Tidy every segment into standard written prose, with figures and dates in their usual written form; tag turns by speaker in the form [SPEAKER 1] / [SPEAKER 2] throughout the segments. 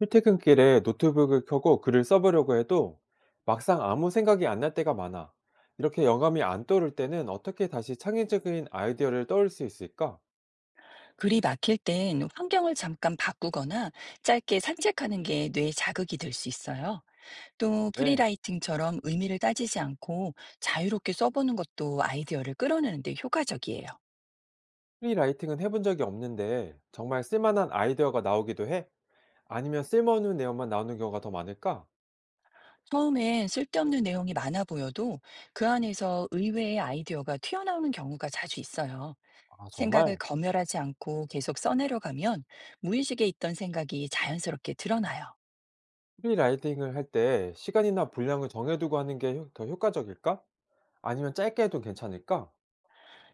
[SPEAKER 1] 출퇴근길에 노트북을 켜고 글을 써보려고 해도 막상 아무 생각이 안 날 때가 많아. 이렇게 영감이 안 떠오를 때는 어떻게 다시 창의적인 아이디어를 떠올 수 있을까?
[SPEAKER 2] 글이 막힐 땐 환경을 잠깐 바꾸거나 짧게 산책하는 게 뇌에 자극이 될 수 있어요. 또
[SPEAKER 1] 그래.
[SPEAKER 2] 프리라이팅처럼 의미를 따지지 않고 자유롭게 써보는 것도 아이디어를 끌어내는 데 효과적이에요.
[SPEAKER 1] 프리라이팅은 해본 적이 없는데 정말 쓸만한 아이디어가 나오기도 해? 아니면 쓸모없는 내용만 나오는 경우가 더 많을까?
[SPEAKER 2] 처음엔 쓸데없는 내용이 많아 보여도 그 안에서 의외의 아이디어가 튀어나오는 경우가 자주 있어요.
[SPEAKER 1] 아,
[SPEAKER 2] 생각을
[SPEAKER 1] 정말?
[SPEAKER 2] 검열하지 않고 계속 써내려가면 무의식에 있던 생각이 자연스럽게 드러나요.
[SPEAKER 1] 프리라이팅을 할 때 시간이나 분량을 정해두고 하는 게 더 효과적일까? 아니면 짧게 해도 괜찮을까?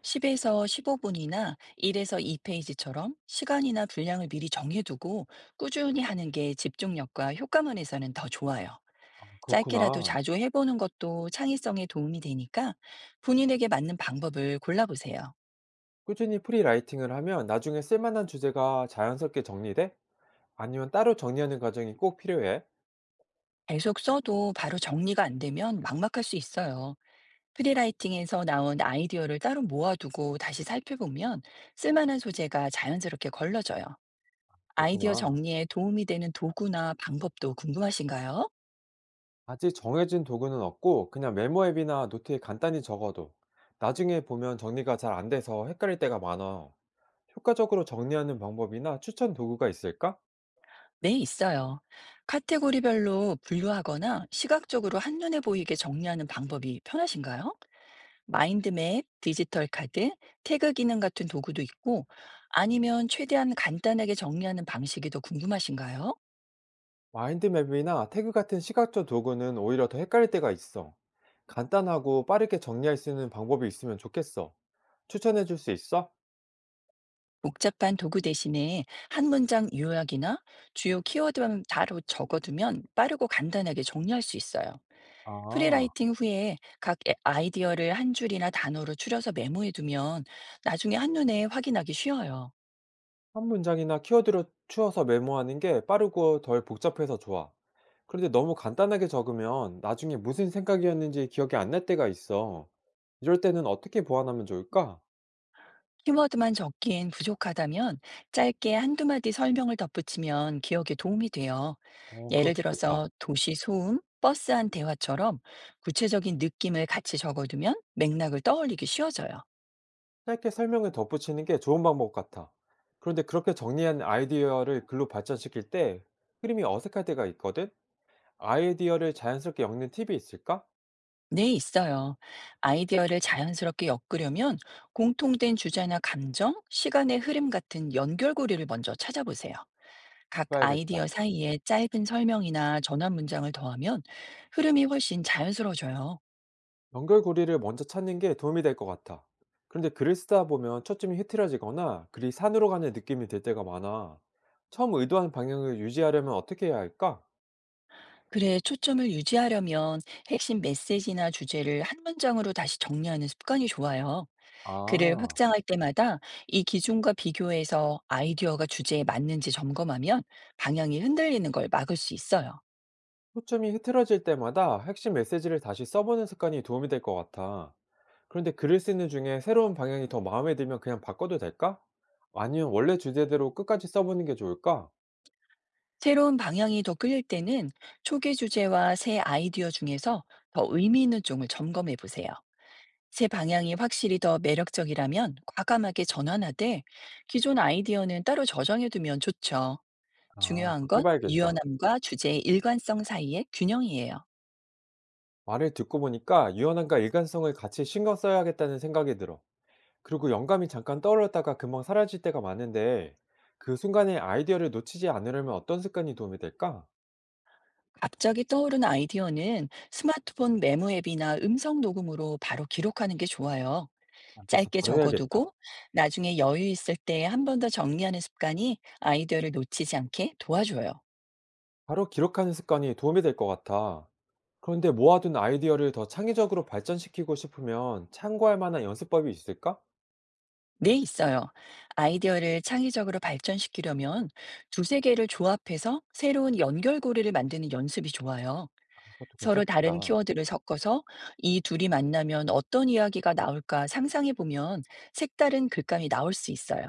[SPEAKER 2] 10에서 15분이나 1에서 2페이지처럼 시간이나 분량을 미리 정해두고 꾸준히 하는 게 집중력과 효과만에서는 더 좋아요. 짧게라도
[SPEAKER 1] 그렇구나.
[SPEAKER 2] 자주 해보는 것도 창의성에 도움이 되니까 본인에게 맞는 방법을 골라보세요.
[SPEAKER 1] 꾸준히 프리라이팅을 하면 나중에 쓸만한 주제가 자연스럽게 정리돼? 아니면 따로 정리하는 과정이 꼭 필요해?
[SPEAKER 2] 계속 써도 바로 정리가 안 되면 막막할 수 있어요. 프리라이팅에서 나온 아이디어를 따로 모아두고 다시 살펴보면 쓸만한 소재가 자연스럽게 걸러져요. 아이디어
[SPEAKER 1] 그렇구나.
[SPEAKER 2] 정리에 도움이 되는 도구나 방법도 궁금하신가요?
[SPEAKER 1] 아직 정해진 도구는 없고 그냥 메모 앱이나 노트에 간단히 적어도 나중에 보면 정리가 잘 안 돼서 헷갈릴 때가 많아. 효과적으로 정리하는 방법이나 추천 도구가 있을까?
[SPEAKER 2] 네, 있어요. 카테고리별로 분류하거나 시각적으로 한눈에 보이게 정리하는 방법이 편하신가요? 마인드맵, 디지털 카드, 태그 기능 같은 도구도 있고, 아니면 최대한 간단하게 정리하는 방식이 더 궁금하신가요?
[SPEAKER 1] 마인드맵이나 태그 같은 시각적 도구는 오히려 더 헷갈릴 때가 있어. 간단하고 빠르게 정리할 수 있는 방법이 있으면 좋겠어. 추천해 줄 수 있어?
[SPEAKER 2] 복잡한 도구 대신에 한 문장 요약이나 주요 키워드만 바로 적어두면 빠르고 간단하게 정리할 수 있어요.
[SPEAKER 1] 아.
[SPEAKER 2] 프리라이팅 후에 아이디어를 한 줄이나 단어로 추려서 메모해두면 나중에 한눈에 확인하기 쉬워요.
[SPEAKER 1] 한 문장이나 키워드로 추려서 메모하는 게 빠르고 덜 복잡해서 좋아. 그런데 너무 간단하게 적으면 나중에 무슨 생각이었는지 기억이 안 날 때가 있어. 이럴 때는 어떻게 보완하면 좋을까?
[SPEAKER 2] 키워드만 적기엔 부족하다면 짧게 한두 마디 설명을 덧붙이면 기억에 도움이 돼요.
[SPEAKER 1] 어, 그거
[SPEAKER 2] 예를
[SPEAKER 1] 좋겠다.
[SPEAKER 2] 들어서 도시 소음, 버스 안 대화처럼 구체적인 느낌을 같이 적어두면 맥락을 떠올리기 쉬워져요.
[SPEAKER 1] 짧게 설명을 덧붙이는 게 좋은 방법 같아. 그런데 그렇게 정리한 아이디어를 글로 발전시킬 때 흐름이 어색할 때가 있거든? 아이디어를 자연스럽게 엮는 팁이 있을까?
[SPEAKER 2] 네, 있어요. 아이디어를 자연스럽게 엮으려면 공통된 주제나 감정, 시간의 흐름 같은 연결고리를 먼저 찾아보세요. 각 아이디어
[SPEAKER 1] 봐야겠다.
[SPEAKER 2] 사이에 짧은 설명이나 전환 문장을 더하면 흐름이 훨씬 자연스러워져요.
[SPEAKER 1] 연결고리를 먼저 찾는 게 도움이 될 것 같아. 그런데 글을 쓰다 보면 초점이 흐트러지거나 글이 산으로 가는 느낌이 들 때가 많아. 처음 의도한 방향을 유지하려면 어떻게 해야 할까?
[SPEAKER 2] 그래, 초점을 유지하려면 핵심 메시지나 주제를 한 문장으로 다시 정리하는 습관이 좋아요. 글을
[SPEAKER 1] 아,
[SPEAKER 2] 확장할 때마다 이 기준과 비교해서 아이디어가 주제에 맞는지 점검하면 방향이 흔들리는 걸 막을 수 있어요.
[SPEAKER 1] 초점이 흐트러질 때마다 핵심 메시지를 다시 써보는 습관이 도움이 될 것 같아. 그런데 글을 쓰는 중에 새로운 방향이 더 마음에 들면 그냥 바꿔도 될까? 아니면 원래 주제대로 끝까지 써보는 게 좋을까?
[SPEAKER 2] 새로운 방향이 더 끌릴 때는 초기 주제와 새 아이디어 중에서 더 의미 있는 쪽을 점검해 보세요. 새 방향이 확실히 더 매력적이라면 과감하게 전환하되 기존 아이디어는 따로 저장해 두면 좋죠.
[SPEAKER 1] 아,
[SPEAKER 2] 중요한
[SPEAKER 1] 그렇게
[SPEAKER 2] 건
[SPEAKER 1] 해봐야겠다.
[SPEAKER 2] 유연함과 주제의 일관성 사이의 균형이에요.
[SPEAKER 1] 말을 듣고 보니까 유연함과 일관성을 같이 신경 써야겠다는 생각이 들어. 그리고 영감이 잠깐 떠올랐다가 금방 사라질 때가 많은데 그 순간에 아이디어를 놓치지 않으려면 어떤 습관이 도움이 될까?
[SPEAKER 2] 갑자기 떠오른 아이디어는 스마트폰 메모 앱이나 음성 녹음으로 바로 기록하는 게 좋아요.
[SPEAKER 1] 그래서
[SPEAKER 2] 짧게
[SPEAKER 1] 바로
[SPEAKER 2] 적어두고
[SPEAKER 1] 해야겠다.
[SPEAKER 2] 나중에 여유 있을 때 한 번 더 정리하는 습관이 아이디어를 놓치지 않게 도와줘요.
[SPEAKER 1] 바로 기록하는 습관이 도움이 될 것 같아. 그런데 모아둔 아이디어를 더 창의적으로 발전시키고 싶으면 참고할 만한 연습법이 있을까?
[SPEAKER 2] 네, 있어요. 아이디어를 창의적으로 발전시키려면 두세 개를 조합해서 새로운 연결고리를 만드는 연습이 좋아요.
[SPEAKER 1] 그것도
[SPEAKER 2] 서로 다른
[SPEAKER 1] 괜찮겠다.
[SPEAKER 2] 키워드를 섞어서 이 둘이 만나면 어떤 이야기가 나올까 상상해 보면 색다른 글감이 나올 수 있어요.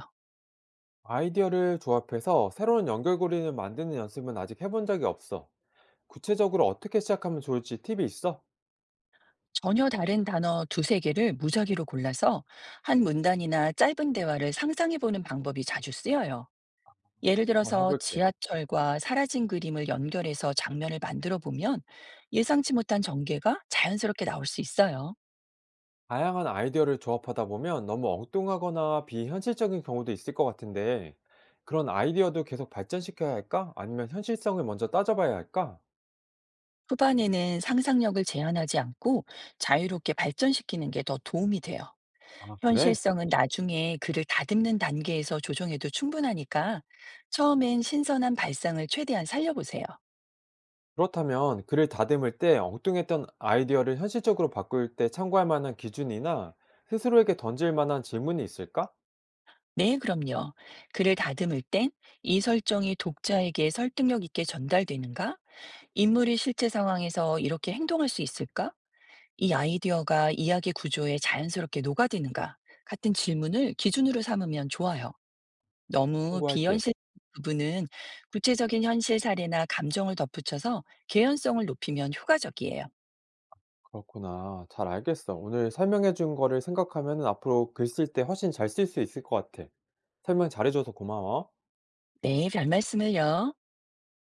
[SPEAKER 1] 아이디어를 조합해서 새로운 연결고리를 만드는 연습은 아직 해본 적이 없어. 구체적으로 어떻게 시작하면 좋을지 팁이 있어?
[SPEAKER 2] 전혀 다른 단어 두세 개를 무작위로 골라서 한 문단이나 짧은 대화를 상상해 보는 방법이 자주 쓰여요. 예를
[SPEAKER 1] 한번
[SPEAKER 2] 들어서
[SPEAKER 1] 해볼게.
[SPEAKER 2] 지하철과 사라진 그림을 연결해서 장면을 만들어 보면 예상치 못한 전개가 자연스럽게 나올 수 있어요.
[SPEAKER 1] 다양한 아이디어를 조합하다 보면 너무 엉뚱하거나 비현실적인 경우도 있을 것 같은데, 그런 아이디어도 계속 발전시켜야 할까? 아니면 현실성을 먼저 따져봐야 할까?
[SPEAKER 2] 후반에는 상상력을 제한하지 않고 자유롭게 발전시키는 게 더 도움이 돼요.
[SPEAKER 1] 아, 그래?
[SPEAKER 2] 현실성은 나중에 글을 다듬는 단계에서 조정해도 충분하니까 처음엔 신선한 발상을 최대한 살려보세요.
[SPEAKER 1] 그렇다면 글을 다듬을 때 엉뚱했던 아이디어를 현실적으로 바꿀 때 참고할 만한 기준이나 스스로에게 던질 만한 질문이 있을까?
[SPEAKER 2] 네, 그럼요. 글을 다듬을 땐 이 설정이 독자에게 설득력 있게 전달되는가? 인물이 실제 상황에서 이렇게 행동할 수 있을까? 이 아이디어가 이야기 구조에 자연스럽게 녹아드는가? 같은 질문을 기준으로 삼으면 좋아요. 너무
[SPEAKER 1] 참고할게.
[SPEAKER 2] 비현실 부분은 구체적인 현실 사례나 감정을 덧붙여서 개연성을 높이면 효과적이에요.
[SPEAKER 1] 그렇구나. 잘 알겠어. 오늘 설명해 준 거를 생각하면 앞으로 글쓸 때 훨씬 잘 쓸 수 있을 것 같아. 설명 잘해줘서 고마워.
[SPEAKER 2] 네, 별말씀을요.